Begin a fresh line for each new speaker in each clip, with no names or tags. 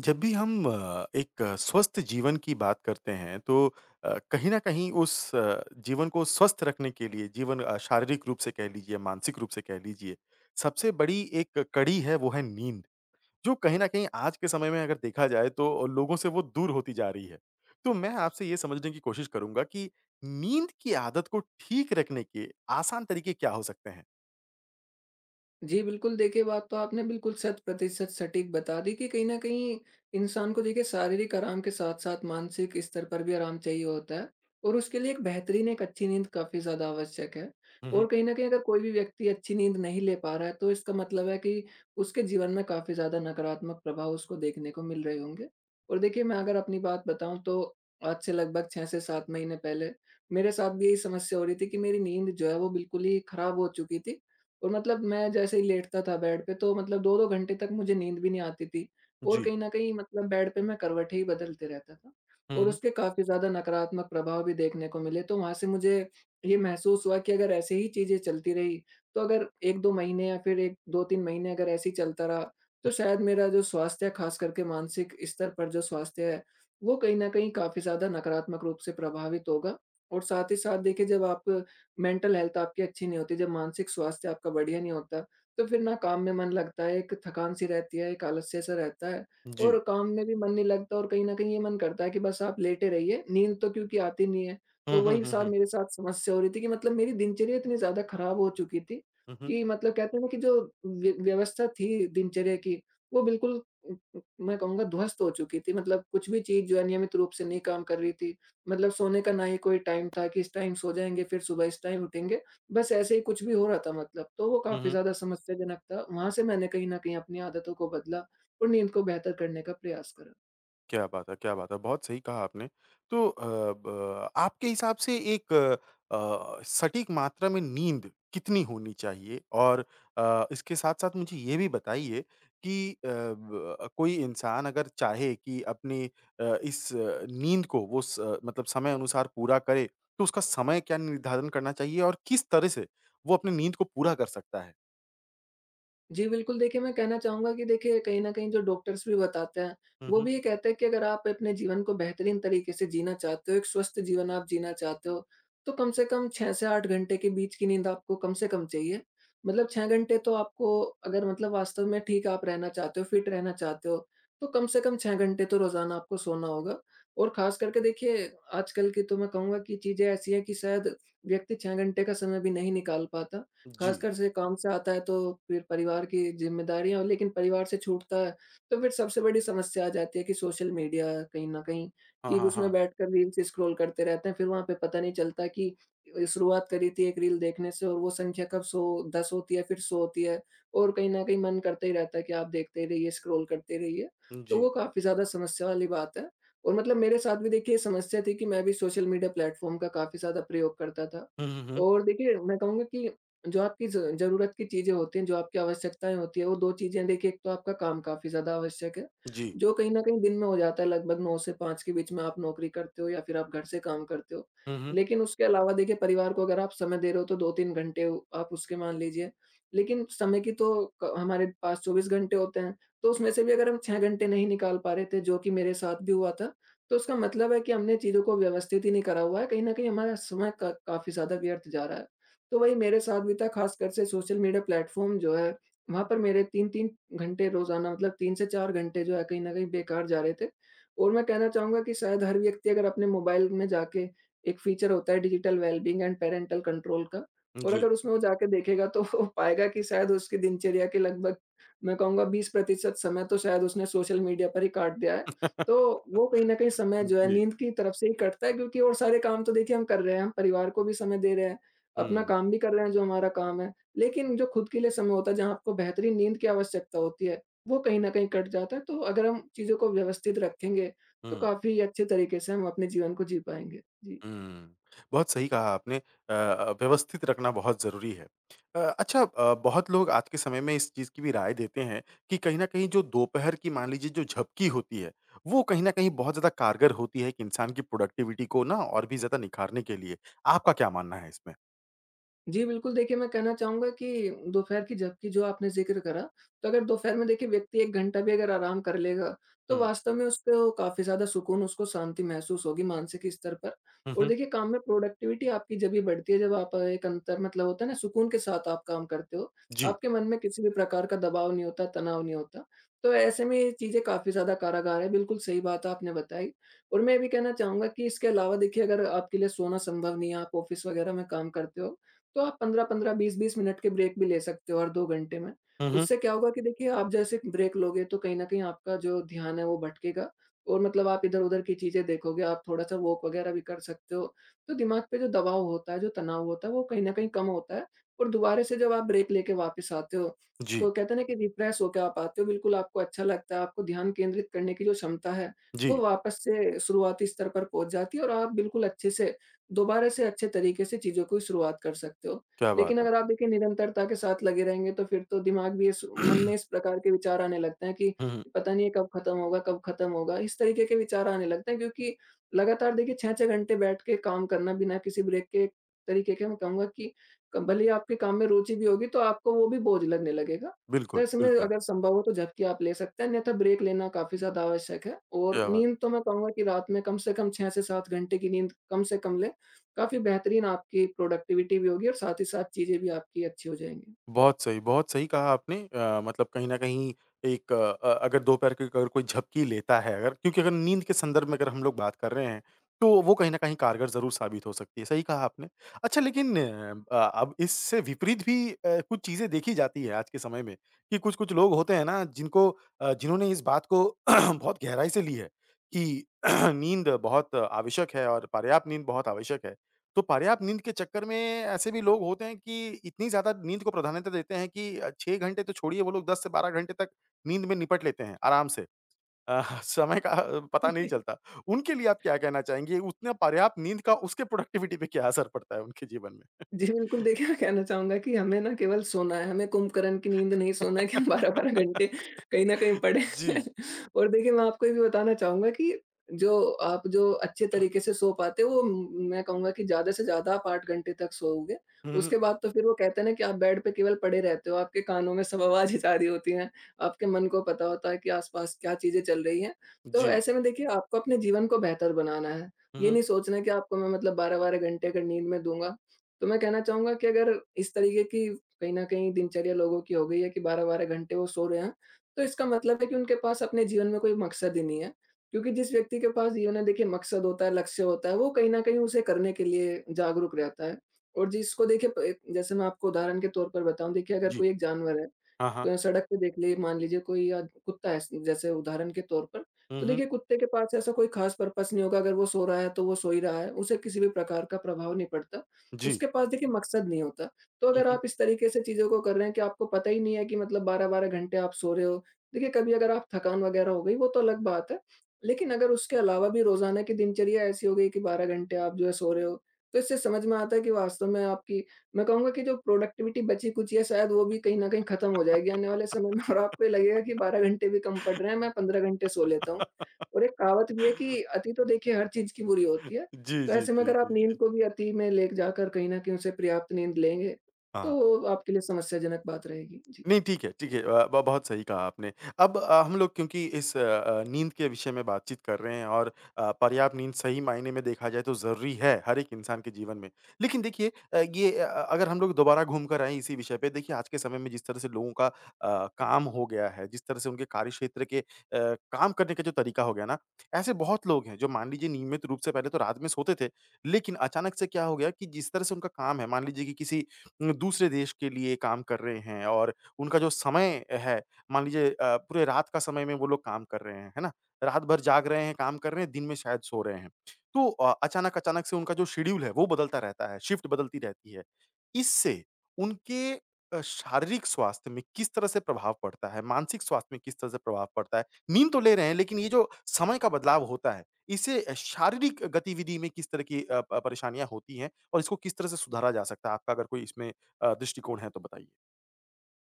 जब भी हम एक स्वस्थ जीवन की बात करते हैं तो कहीं न कहीं उस जीवन को स्वस्थ रखने के लिए जीवन शारीरिक रूप से कह लीजिए, मानसिक रूप से कह लीजिए, सबसे बड़ी एक कड़ी है वो है नींद, जो कहीं न कहीं आज के समय में अगर देखा जाए तो लोगों से वो दूर होती जा रही है। तो मैं आपसे ये समझने की कोशिश करूँगा कि नींद की आदत को ठीक रखने के आसान तरीके क्या हो सकते हैं?
जी, बिल्कुल देखिए, बात तो आपने बिल्कुल शत प्रतिशत सटीक बता दी कि कहीं न कहीं इंसान को देखिए शारीरिक आराम के साथ-साथ मानसिक स्तर पर भी आराम चाहिए होता है, और उसके लिए एक अच्छी नींद काफ़ी ज़्यादा आवश्यक है।
हुँ, हुँ।
और कहीं न कहीं अगर कोई भी व्यक्ति अच्छी नींद नहीं ले पा रहा है, तो इसका मतलब है कि उसके जीवन में काफ़ी ज़्यादा नकारात्मक प्रभाव उसको देखने को मिल रहे होंगे। और देखिए, मैं अगर अपनी बात बताऊँ, तो आज से लगभग 6 से 7 महीने पहले मेरे साथ भी यही समस्या हो रही थी कि मेरी नींद जो है वो बिल्कुल ही खराब हो चुकी थी, और मतलब मैं जैसे ही लेटता था बेड पे, तो मतलब 2-2 घंटे तक मुझे नींद भी नहीं आती थी, और
जी।
कहीं न कहीं मतलब बेड पे मैं करवटें ही बदलते रहता था,
हुँ,
और
हुँ।
उसके काफ़ी ज़्यादा नकारात्मक प्रभाव भी देखने को मिले। तो वहाँ से मुझे ये महसूस हुआ कि अगर ऐसे ही चीज़ें चलती रही, तो अगर 1-2 महीने या फिर एक 2-3 महीने अगर ऐसे ही चलता रहा, तो शायद मेरा जो स्वास्थ्य है, ख़ास करके मानसिक स्तर पर जो स्वास्थ्य है, वो कहीं न कहीं काफ़ी ज़्यादा नकारात्मक रूप से प्रभावित होगा। और साथ ही साथ देखिए, जब आप मेंटल हेल्थ तो आपकी अच्छी नहीं होती, जब मानसिक स्वास्थ्य आपका बढ़िया नहीं होता, तो फिर ना काम में मन लगता है, एक थकान-सी रहती है, एक आलस्य-सा रहता है,
जी।
और काम में भी मन नहीं लगता, और कहीं न कहीं ये मन करता है कि बस आप लेटे रहिए, नींद तो क्योंकि आती नहीं है।
हुँ,
तो
हुँ,
वही
हुँ, हुँ,
साथ
हुँ,
मेरे साथ समस्या हो रही थी कि मतलब मेरी दिनचर्या इतनी ज़्यादा खराब हो चुकी थी
हुँ,
कि मतलब कहते हैं ना कि जो व्यवस्था थी दिनचर्या की, वो बिल्कुल उम उम, मैं कहूँगा ध्वस्त हो चुकी थी। मतलब कुछ भी चीज़ जो है नियमित रूप से नहीं काम कर रही थी। मतलब सोने का ना ही कोई टाइम था कि इस टाइम सो जाएँगे, फिर सुबह इस टाइम उठेंगे। बस ऐसे ही कुछ भी हो रहा था मतलब, तो वो
हुँ,
काफ़ी
हुँ।
ज़्यादा समस्याजनक था। वहाँ से मैंने कहीं न कहीं अपनी आदतों को बदला और नींद को बेहतर करने का प्रयास करा।
क्या बात है, क्या बात है! बहुत सही कहा आपने। तो अ, ब आपके हिसाब से एक सटीक मात्रा में नींद कितनी होनी चाहिए? और इसके साथ-साथ मुझे ये भी बताइए कि अ, ब कोई इंसान अगर चाहे कि अपनी इस नींद को वो मतलब समय अनुसार पूरा करे, तो उसका समय क्या निर्धारण करना चाहिए और किस तरह से वो अपनी नींद को पूरा कर सकता है?
जी, बिल्कुल देखिए, मैं कहना चाहूँगा कि देखिए कहीं न कहीं जो डॉक्टर्स भी बताते हैं,
हुँ,
वो
हुँ।
भी ये कहते हैं कि अगर आप अपने जीवन को बेहतरीन तरीके से जीना चाहते हो, एक स्वस्थ जीवन आप जीना चाहते हो, तो कम से कम 6 से 8 घंटे के बीच की नींद आपको कम से कम चाहिए। मतलब 6 घंटे तो आपको, अगर मतलब वास्तव में ठीक आप रहना चाहते हो, फिट रहना चाहते हो, तो कम से कम 6 घंटे तो रोज़ाना आपको सोना होगा। और ख़ास करके देखिए, आजकल की तो मैं कहूँगा कि चीज़ें ऐसी हैं कि शायद व्यक्ति 6 घंटे का समय भी नहीं निकाल पाता।
जी।
खासकर से काम से आता है, तो फिर परिवार की ज़िम्मेदारियाँ लेकिन परिवार से छूटता है, तो फिर सबसे बड़ी समस्या आ जाती है कि सोशल मीडिया कहीं न कहीं
हाँ,
कि
हाँ,
उसमें
हाँ।
बैठकर रील्स स्क्रॉल करते रहते हैं, फिर वहाँ पे पता नहीं चलता कि शुरुआत करी थी एक रील देखने से, और वो संख्या कब 100 10 होती है, फिर 100 होती है, और कहीं न कहीं मन करता ही रहता है कि आप देखते ही रहिए, स्क्रॉल करते रहिए। तो
जी।
वो काफ़ी ज़्यादा समस्या वाली बात है, और मतलब मेरे साथ भी देखिए ये समस्या थी कि मैं भी सोशल मीडिया प्लेटफ़ॉर्म का काफ़ी ज़्यादा प्रयोग करता था।
हुँ, हुँ, हुँ।
और देखिए मैं कहूँगा कि जो आपकी ज़ ज़रूरत की चीज़ें होती हैं, जो आपकी आवश्यकताएँ होती हैं, वो 2 चीज़ें देखिए, एक तो आपका काम काफ़ी ज़्यादा आवश्यक है,
जी।
जो कहीं न कहीं दिन में हो जाता है, लगभग 9 से 5 के बीच में आप नौकरी करते हो या फिर आप घर से काम करते हो।
हुँ, हुँ।
लेकिन उसके अलावा देखिए परिवार को अगर आप समय दे रहे हो, तो 2-3 घंटे आप उसके मान लीजिए, लेकिन समय की तो क हमारे पास 24 घंटे होते हैं, तो उसमें से भी अगर हम 6 घंटे नहीं निकाल पा रहे थे, जो कि मेरे साथ भी हुआ था, तो उसका मतलब है कि हमने चीज़ों को व्यवस्थित ही नहीं करा हुआ है, कहीं न कहीं हमारा समय का काफ़ी ज़्यादा व्यर्थ जा रहा है। तो वही मेरे साथ भी था, ख़ासकर से सोशल मीडिया प्लेटफ़ॉर्म जो है, वहाँ पर मेरे 3-3 घंटे रोज़ाना, मतलब 3 से 4 घंटे जो है कहीं न कहीं बेकार जा रहे थे। और मैं कहना चाहूँगा कि शायद हर व्यक्ति अगर अपने मोबाइल में जाके, एक फ़ीचर होता है digital wellbeing and parental control का, और
जी।
अगर उसमें वो जाके देखेगा, तो वो पाएगा कि शायद उसकी दिनचर्या के लगभग, मैं कहूँगा 20% समय तो शायद उसने सोशल मीडिया पर ही काट दिया है। तो वो कहीं न कहीं समय जो है
जी।
नींद की तरफ से ही कटता है, क्योंकि और सारे काम तो देखिए हम कर रहे हैं, हम परिवार को भी समय दे रहे हैं। अपना
हुँ,
काम भी कर रहे हैं जो हमारा काम है, लेकिन जो खुद के लिए समय होता है, जहाँ आपको बेहतरीन नींद की आवश्यकता होती है, वो कहीं न कहीं कट जाता है। तो अगर हम चीज़ों को व्यवस्थित रखेंगे, तो
हुँ,
काफ़ी अच्छे तरीके से हम अपने जीवन को जी पाएँगे। जी।
हुँ। बहुत सही कहा आपने व्यवस्थित रखना बहुत ज़रूरी है। अच्छा बहुत लोग आज के समय में इस चीज़ की भी राय देते हैं कि कहीं न कहीं जो दोपहर की मान लीजिए जो झपकी होती है, वो कहीं न कहीं बहुत ज़्यादा कारगर होती है एक इंसान की प्रोडक्टिविटी को ना और भी ज़्यादा निखारने के लिए। आपका क्या मानना है इसमें?
जी, बिल्कुल देखिए, मैं कहना चाहूँगा कि दोपहर की जबकि जो आपने ज़िक्र करा, तो अगर दोपहर में देखिए व्यक्ति 1 घंटा भी अगर आराम कर लेगा, तो
हुँ,
वास्तव में उसको काफ़ी ज़्यादा सुकून, उसको शांति महसूस होगी मानसिक स्तर पर।
हुँ,
और
हुँ।
देखिए काम में प्रोडक्टिविटी आपकी जभी बढ़ती है जब आप एक अंतर मतलब होता है ना, सुकून के साथ आप काम करते हो,
जी।
आपके मन में किसी भी प्रकार का दबाव नहीं होता, तनाव नहीं होता। तो ऐसे में ये चीज़ें काफ़ी ज़्यादा कारागार है, बिल्कुल सही बात आपने बताई। और मैं ये भी कहना चाहूँगा कि इसके अलावा देखिए अगर आपके लिए सोना संभव नहीं है, आप ऑफ़िस वग़ैरह में काम करते हो, तो आप 15-15, 20-20 मिनट के ब्रेक भी ले सकते हो हर 2 घंटे में।
हुँ, हुँ।
उससे क्या होगा कि देखिए आप जैसे ब्रेक लोगे, तो कहीं न कहीं आपका जो ध्यान है वो भटकेगा, और मतलब आप इधर-उधर की चीज़ें देखोगे, आप थोड़ा-सा वॉक वगैरह भी कर सकते हो। तो दिमाग पे जो दबाव होता है, जो तनाव होता है, वो कहीं न कहीं कम होता है, और दोबारा से जब आप ब्रेक लेके वापस आते हो,
जी,
तो कहते हैं ना कि रिफ्रेश होके आप आते हो, बिल्कुल आपको अच्छा लगता है, आपको ध्यान केंद्रित करने की जो क्षमता है, वो
जी।
वापस से शुरुआती स्तर पर पहुँच जाती है, और आप बिल्कुल अच्छे से दोबारा से अच्छे तरीके से चीज़ों को शुरुआत कर सकते हो।
क्या बात
लेकिन
है!
अगर आप देखिए निरंतरता के साथ लगे रहेंगे, तो फिर तो दिमाग भी इस मन में इस प्रकार के विचार आने लगते हैं कि
हुँ, हुँ।
पता नहीं है कब खत्म होगा, कब खत्म होगा? इस तरीके के विचार आने लगते हैं, क्योंकि लगातार देखिए 6-6 घंटे बैठ के काम करना बिना किसी ब्रेक के, एक तरीके के मैं कहूँगा कि क भले ही आपके काम में रुचि भी होगी, तो आपको वो भी बोझ लगने लगेगा। तो
बिल्कुल,
इसमें
बिल्कुल।
अगर संभव हो तो झपकी आप ले सकते हैं, अन्यथा ब्रेक लेना काफ़ी ज़्यादा आवश्यक है। और
क्या बात
नींद तो मैं कहूँगा कि रात में कम से कम 6 से 7 घंटे की नींद कम से कम लें, काफ़ी बेहतरीन आपकी प्रोडक्टिविटी भी होगी, और साथ ही साथ चीज़ें भी आपकी अच्छी हो जाएँगी।
बहुत सही कहा आपने मतलब कहीं न कहीं एक अगर दोपहर की अगर कोई झपकी लेता है अगर क्योंकि अगर नींद के संदर्भ में अगर हम लोग बात कर रहे हैं, तो वो कहीं न कहीं कारगर ज़रूर साबित हो सकती है, सही कहा आपने। अच्छा लेकिन अब इससे विपरीत भी कुछ चीज़ें देखी जाती है आज के समय में, कि कुछ-कुछ लोग होते हैं ना जिनको जिन्होंने इस बात को बहुत गहराई से ली है, कि नींद बहुत आवश्यक है और पर्याप्त नींद बहुत आवश्यक है। तो पर्याप्त नींद के चक्कर में ऐसे भी लोग होते हैं कि इतनी ज़्यादा नींद को प्राधान्यता देते हैं कि 6 घंटे तो छोड़िए वो लोग 10 से 12 घंटे तक नींद में निपट लेते हैं आराम से। अ, समय का पता नहीं चलता। उनके लिए आप क्या कहना चाहेंगे? उतना पर्याप्त नींद का उसके प्रोडक्टिविटी पे क्या असर पड़ता है उनके जीवन में?
जी, बिल्कुल देखिए, मैं कहना चाहूँगा कि हमें ना केवल सोना है, हमें कुम्भकर्ण की नींद नहीं सोना है कि हम 12-12 घंटे कहीं न कहीं पड़े
जी।
और देखिए मैं आपको ये भी बताना चाहूँगा कि जो जो अच्छे तरीके से सो पाते हो, वो म मैं कहूँगा कि ज़्यादा से ज़्यादा आप 8 घंटे तक सोओगे।
हुँ, हुँ।
उसके बाद तो फिर वो कहते हैं ना कि आप बेड पे केवल पड़े रहते हो, आपके कानों में सब आवाज़ें जा रही होती हैं, आपके मन को पता होता है कि आस-पास क्या चीज़ें चल रही हैं। तो
जी।
ऐसे में देखिए आपको अपने जीवन को बेहतर बनाना है,
हुँ,
ये
हुँ।
नहीं सोचना है कि आपको मैं मतलब 12-12 घंटे अगर नींद मैं दूँगा, तो मैं कहना चाहूँगा कि अगर इस तरीके की कहीं न कहीं दिनचर्या लोगों की हो गई है कि 12-12 घंटे वो सो रहे हैं, तो इसका मतलब है कि उनके पास अपने जीवन में कोई मकसद ही नहीं है। क्योंकि जिस व्यक्ति के पास जीवन में देखिए मकसद होता है, लक्ष्य होता है, वो कहीं न कहीं उसे करने के लिए जागरूक रहता है। और जिसको देखिए प जैसे मैं आपको उदाहरण के तौर पर बताऊँ, देखिए अगर
जी।
कोई एक जानवर है,
हाँ, हाँ।
क सड़क पे देख लिए मान लीजिए कोई कुत्ता है जैसे उदाहरण के तौर पर,
हुँ,
तो
हुँ।
देखिए कुत्ते के पास ऐसा कोई ख़ास पर्पस नहीं होगा। अगर वो सो रहा है तो वो सो ही रहा है, उसे किसी भी प्रकार का प्रभाव नहीं पड़ता।
जी।
उसके पास देखिए मकसद नहीं होता। तो
हुँ,
अगर
हुँ।
आप इस तरीके से चीज़ों को कर रहे हैं कि आपको पता ही नहीं है कि मतलब 12-12 घंटे आप सो रहे हो, देखिए कभी अगर आप थकान वग़ैरह हो गई वो तो अलग बात है। लेकिन अगर उसके अलावा भी रोज़ाना की दिनचर्या ऐसी हो गई कि 12 घंटे आप जो है सो रहे हो, तो इससे समझ में आता है कि वास्तव में आपकी मैं कहूँगा कि जो प्रोडक्टिविटी बची-खुची है शायद वो भी कहीं न कहीं ख़त्म हो जाएगी आने वाले समय में, और आपको ये लगेगा कि 12 घंटे भी कम पड़ रहे हैं, मैं 15 घंटे सो लेता हूँ। और एक कहावत भी है कि अति तो देखिए हर चीज़ की बुरी होती है,
जी,
तो
जी,
ऐसे में
जी,
अगर आप
जी,
नींद
जी।
को भी अति में ले जाकर कहीं न कहीं उसे पर्याप्त नींद लेंगे,
हाँ।
तो आपके लिए समस्याजनक बात रहेगी। जी।
नहीं, ठीक है, ठीक है। अ, ब बहुत सही कहा आपने। अब हम लोग क्योंकि इस नींद के विषय में बातचीत कर रहे हैं और पर्याप्त नींद सही मायने में देखा जाए तो ज़रूरी है, हर एक इंसान के जीवन में। लेकिन देखिए अगर हम लोग दोबारा घूम कर आएँ इसी विषय पे, देखिए आज के समय में जिस तरह से लोगों का काम हो गया है, जिस तरह से उनके कार्यक्षेत्र के काम करने का जो तरीका हो गया ना, ऐसे बहुत लोग हैं जो मान लीजिए नियमित रूप से पहले तो रात में सोते थे, लेकिन अचानक से क्या हो गया कि जिस तरह से उनका काम है, मान लीजिए कि किसी दूसरे देश के लिए काम कर रहे हैं और उनका जो समय है, मान लीजिए पूरे रात का समय में वो लोग काम कर रहे हैं, है ना? रात भर जाग रहे हैं, काम कर रहे हैं, दिन में शायद सो रहे हैं। तो अचानक-अचानक से उनका जो शेड्यूल है, वो बदलता रहता है, शिफ्ट बदलती रहती है। इससे उनके शारीरिक स्वास्थ्य में किस तरह से प्रभाव पड़ता है? मानसिक स्वास्थ्य में किस तरह से प्रभाव पड़ता है? नींद तो ले रहे हैं, लेकिन ये जो समय का बदलाव होता है, इससे शारीरिक गतिविधि में किस तरह की अ, प परेशानियाँ होती हैं और इसको किस तरह से सुधारा जा सकता है? आपका अगर कोई इसमें दृष्टिकोण है तो बताइए?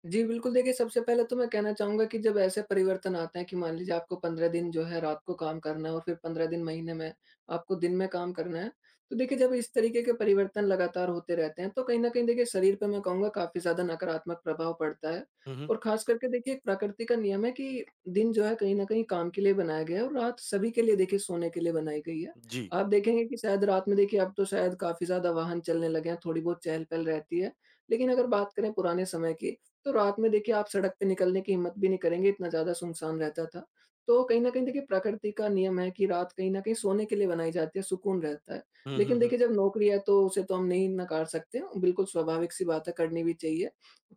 जी, बिल्कुल। देखिए सबसे पहले तो मैं कहना चाहूँगा कि जब ऐसे परिवर्तन आते हैं कि मान लीजिए आपको 15 दिन जो है रात को काम करना है और फिर 15 दिन महीने में आपको दिन में काम करना है। तो देखिए जब इस तरीके के परिवर्तन लगातार होते रहते हैं तो कहीं न कहीं देखिए शरीर पे मैं कहूँगा काफ़ी ज़्यादा नकारात्मक प्रभाव पड़ता है।
हुँ, हुँ।
और ख़ास करके देखिए एक प्रकृति का नियम है कि दिन जो है कहीं न कहीं काम के लिए बनाया गया है, और रात सभी के लिए देखिए सोने के लिए बनाई गई है।
जी।
आप देखेंगे कि शायद रात में देखिए अब तो शायद काफ़ी ज़्यादा वाहन चलने लगे हैं, थोड़ी बहुत चहल-पहल रहती है। लेकिन अगर बात करें पुराने समय की, तो रात में देखिए आप सड़क पे निकलने की हिम्मत भी नहीं करेंगे, इतना ज़्यादा सुनसान रहता था। तो कहीं न कहीं देखिए प्रकृति का नियम है कि रात कहीं न कहीं सोने के लिए बनाई जाती है, सुकून रहता है।
हुँ, हुँ,
लेकिन
हुँ।
देखिए जब नौकरी है तो उसे तो हम नहीं नकार सकते, बिल्कुल स्वाभाविक सी बात है, करनी भी चाहिए।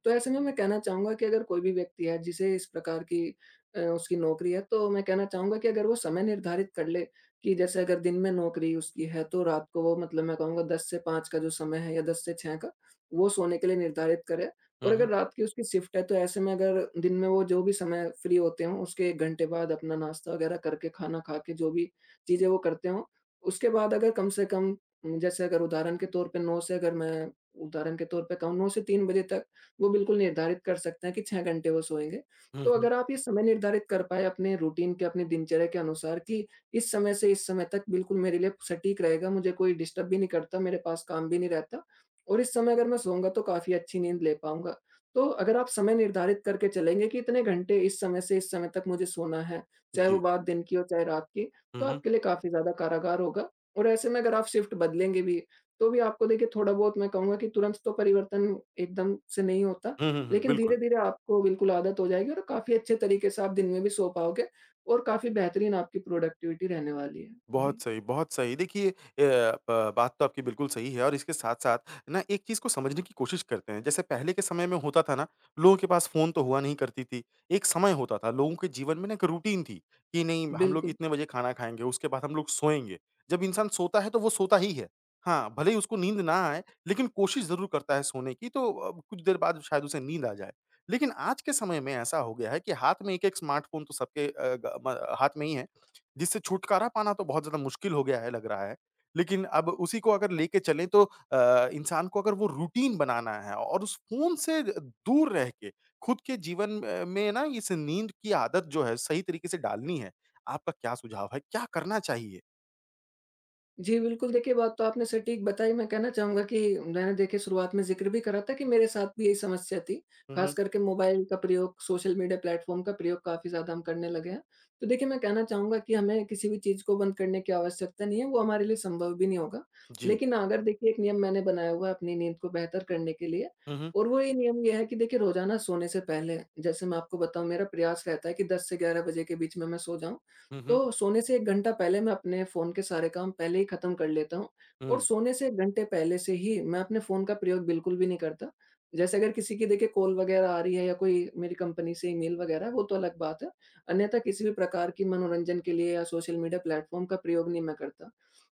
तो ऐसे में मैं कहना चाहूँगा कि अगर कोई भी व्यक्ति है जिसे इस प्रकार की उसकी नौकरी है, तो मैं कहना चाहूँगा कि अगर वो समय निर्धारित कर ले कि जैसे अगर दिन में नौकरी उसकी है तो रात को वो मतलब मैं कहूँगा 10 से 5 का जो समय है, या 10 से 6 का, वो सोने के लिए निर्धारित करे।
हुँ,
और अगर
हुँ।
रात की उसकी शिफ्ट है, तो ऐसे में अगर दिन में वो जो भी समय फ्री होते हों उसके 1 घंटे बाद अपना नाश्ता वगैरह करके, खाना खा के जो भी चीज़ें वो करते हों, उसके बाद अगर कम से कम जैसे अगर उदाहरण के तौर पे 9 से, अगर मैं उदाहरण के तौर पे कहूँ 9 से 3 बजे तक, वो बिल्कुल निर्धारित कर सकते हैं कि 6 घंटे वो सोएँगे।
हुँ,
तो
हुँ।
अगर आप ये समय निर्धारित कर पाएँ अपने रूटीन के, अपनी दिनचर्या के अनुसार कि इस समय से इस समय तक बिल्कुल मेरे लिए सटीक रहेगा, मुझे कोई डिस्टर्ब भी नहीं करता, मेरे पास काम भी नहीं रहता, और इस समय अगर मैं सोऊँगा तो काफ़ी अच्छी नींद ले पाऊँगा। तो अगर आप समय निर्धारित करके चलेंगे कि इतने घंटे, इस समय से इस समय तक मुझे सोना है, चाहे वो
जी।
बात दिन की हो चाहे रात की,
हुँ,
तो
हुँ।
आपके लिए काफ़ी ज़्यादा कारागार होगा। और ऐसे में अगर आप शिफ्ट बदलेंगे भी, तो भी आपको देखिए थोड़ा बहुत, मैं कहूँगा कि तुरंत तो परिवर्तन एकदम से नहीं होता,
हुँ, हुँ, हुँ।
लेकिन
बिल्कुल।
धीरे-धीरे आपको बिल्कुल आदत हो जाएगी और काफ़ी अच्छे तरीके से आप दिन में भी सो पाओगे, और काफ़ी बेहतरीन आपकी प्रोडक्टिविटी रहने वाली है। जी,
बहुत सही, बहुत सही। देखिए अ, ब बात तो आपकी बिल्कुल सही है और इसके साथ-साथ ना एक चीज़ को समझने की कोशिश करते हैं। जैसे पहले के समय में होता था ना, लोगों के पास फ़ोन तो हुआ नहीं करती थी। एक समय होता था, लोगों के जीवन में ना एक रूटीन थी कि नहीं हम लोग
बिल्कुल।
इतने बजे खाना खाएँगे, उसके बाद हम लोग सोएँगे। जब इंसान सोता है तो वो सोता ही है। हाँ, भले ही उसको नींद ना आए लेकिन कोशिश ज़रूर करता है सोने की तो कुछ देर बाद शायद उसे नींद आ जाए। लेकिन आज के समय में ऐसा हो गया है कि हाथ में एक-एक स्मार्टफ़ोन तो सबके अ, ग म हाथ में ही है। जिससे छुटकारा पाना तो बहुत ज़्यादा मुश्किल हो गया है लग रहा है। लेकिन अब उसी को अगर लेके चलें तो इंसान को अगर वो रूटीन बनाना है और उस फ़ोन से दूर रह के खुद के जीवन में ना इस नींद की आदत जो है सही तरीके से डालनी है, आपका क्या सुझाव है? क्या करना चाहिए?
जी, बिल्कुल। देखिए बात तो आपने सटीक बताई। मैं कहना चाहूँगा कि मैंने देखिए शुरुआत में ज़िक्र भी करा था कि मेरे साथ भी यही समस्या थी।
हुँ,
ख़ास
हुँ।
करके मोबाइल का प्रयोग, सोशल मीडिया प्लेटफ़ॉर्म का प्रयोग काफ़ी ज़्यादा हम करने लगे हैं। तो देखिए मैं कहना चाहूँगा कि हमें किसी भी चीज़ को बंद करने की आवश्यकता नहीं है, वो हमारे लिए संभव भी नहीं होगा।
जी।
लेकिन अगर देखिए, एक नियम मैंने बनाया हुआ है अपनी नींद को बेहतर करने के लिए,
हुँ, हुँ।
और वो ये नियम ये है कि देखिए रोज़ाना सोने से पहले, जैसे मैं आपको बताऊँ, मेरा प्रयास रहता है कि 10 से 11 बजे के बीच में मैं सो जाऊँ।
हुँ, हुँ।
तो सोने से 1 घंटा पहले मैं अपने फ़ोन के सारे काम पहले ही ख़त्म कर लेता हूँ, और
हुँ।
सोने से 1 घंटे पहले से ही मैं अपने फ़ोन का प्रयोग बिल्कुल भी नहीं करता। जैसे अगर किसी की देखिए कॉल वग़ैरह आ रही है, या कोई मेरी कंपनी से ईमेल वग़ैरह, वो तो अलग बात है। अन्यथा किसी भी प्रकार की मनोरंजन के लिए या सोशल मीडिया प्लेटफ़ॉर्म का प्रयोग नहीं मैं करता।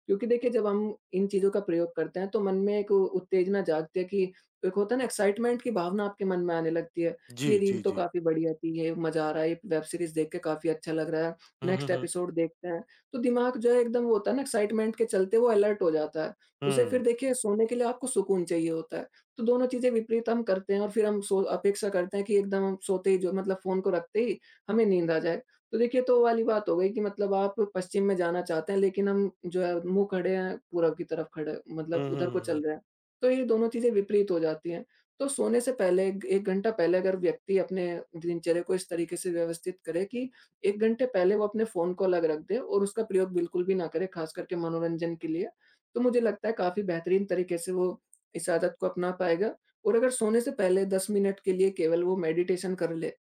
क्योंकि देखिए जब हम इन चीज़ों का प्रयोग करते हैं तो मन में एक उत्तेजना जागती है कि, एक होता है ना, एक्साइटमेंट की भावना आपके मन में आने लगती है, कि ये
जी,
रील
जी,
तो
जी।
काफ़ी बढ़िया थी, ये मज़ा आ रहा है, ये वेब सीरीज़ देख के काफ़ी अच्छा लग रहा है,
हुँ, हुँ,
नेक्स्ट
हुँ।
एपिसोड देखते हैं, तो दिमाग जो है एकदम, वो होता है ना एक्साइटमेंट, के चलते वो अलर्ट हो जाता है। उसे फिर
हुँ।
देखिए सोने के लिए आपको सुकून चाहिए होता है, तो दोनों चीज़ें विपरीत हम करते हैं, और फिर हम सो अपेक्षा करते हैं कि एकदम हम सोते ही, जो मतलब फ़ोन को रखते ही हमें नींद आ जाए। तो देखिए, तो वो वाली बात हो गई कि मतलब आप पश्चिम में जाना चाहते हैं, लेकिन हम जो है मुँह खड़े हैं पूरब की तरफ, खड़े
हुँ,
मतलब
हुँ,
उधर को
हुँ, हुँ।
चल रहे हैं। तो ये दोनों चीज़ें विपरीत हो जाती हैं। तो सोने से पहले, 1 घंटा पहले, अगर व्यक्ति अपने दिनचर्या को इस तरीके से व्यवस्थित करे कि 1 घंटे पहले वो अपने फ़ोन को अलग रख दे और उसका प्रयोग बिल्कुल भी ना करे, ख़ास करके मनोरंजन के लिए, तो मुझे लगता है काफ़ी बेहतरीन तरीके से वो इस आदत को अपना पाएगा। और अगर सोने से पहले 10 मिनट के लिए केवल वो मेडिटेशन कर ले,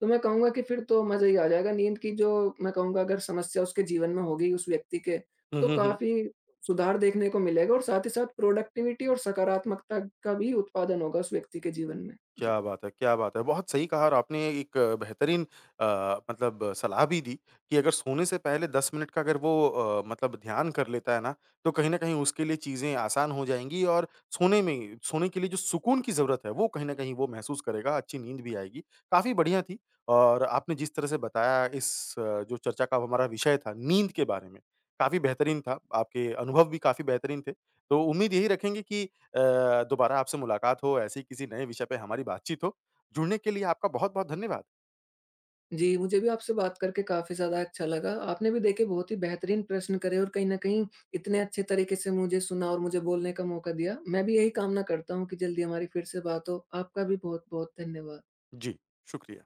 तो मैं कहूँगा कि फिर तो मज़ा ही आ जाएगा। नींद की जो मैं कहूँगा, अगर समस्या उसके जीवन में हो गई उस व्यक्ति के,
हुँ,
तो
हुँ, हुँ।
काफ़ी सुधार देखने को मिलेगा, और साथ ही साथ प्रोडक्टिविटी और सकारात्मकता का भी उत्पादन होगा उस व्यक्ति के जीवन में। जी।
क्या बात है, क्या बात है! बहुत सही कहा और आपने एक बेहतरीन अ, मतलब सलाह भी दी कि अगर सोने से पहले 10 मिनट का अगर वो मतलब ध्यान कर लेता है ना, तो कहीं न कहीं उसके लिए चीज़ें आसान हो जाएँगी और सोने में सोने के लिए जो सुकून की ज़रूरत है, वो कहीं न कहीं वो महसूस करेगा, अच्छी नींद भी आएगी। काफ़ी बढ़िया थी और आपने जिस तरह से बताया इस अ, जो चर्चा का हमारा विषय था, नींद के बारे में, काफ़ी बेहतरीन था। आपके अनुभव भी काफ़ी बेहतरीन थे। तो उम्मीद यही रखेंगे कि दोबारा आपसे मुलाकात हो, ऐसे ही किसी नए विषय पे हमारी बातचीत हो। जुड़ने के लिए आपका बहुत-बहुत धन्यवाद।
जी, मुझे भी आपसे बात करके काफ़ी ज़्यादा अच्छा लगा। आपने भी देखिए बहुत ही बेहतरीन प्रश्न करे, और कहीं न कहीं इतने अच्छे तरीके से मुझे सुना और मुझे बोलने का मौका दिया। मैं भी यही कामना करता हूँ कि जल्दी हमारी फिर से बात हो। आपका भी बहुत-बहुत धन्यवाद।
जी, शुक्रिया।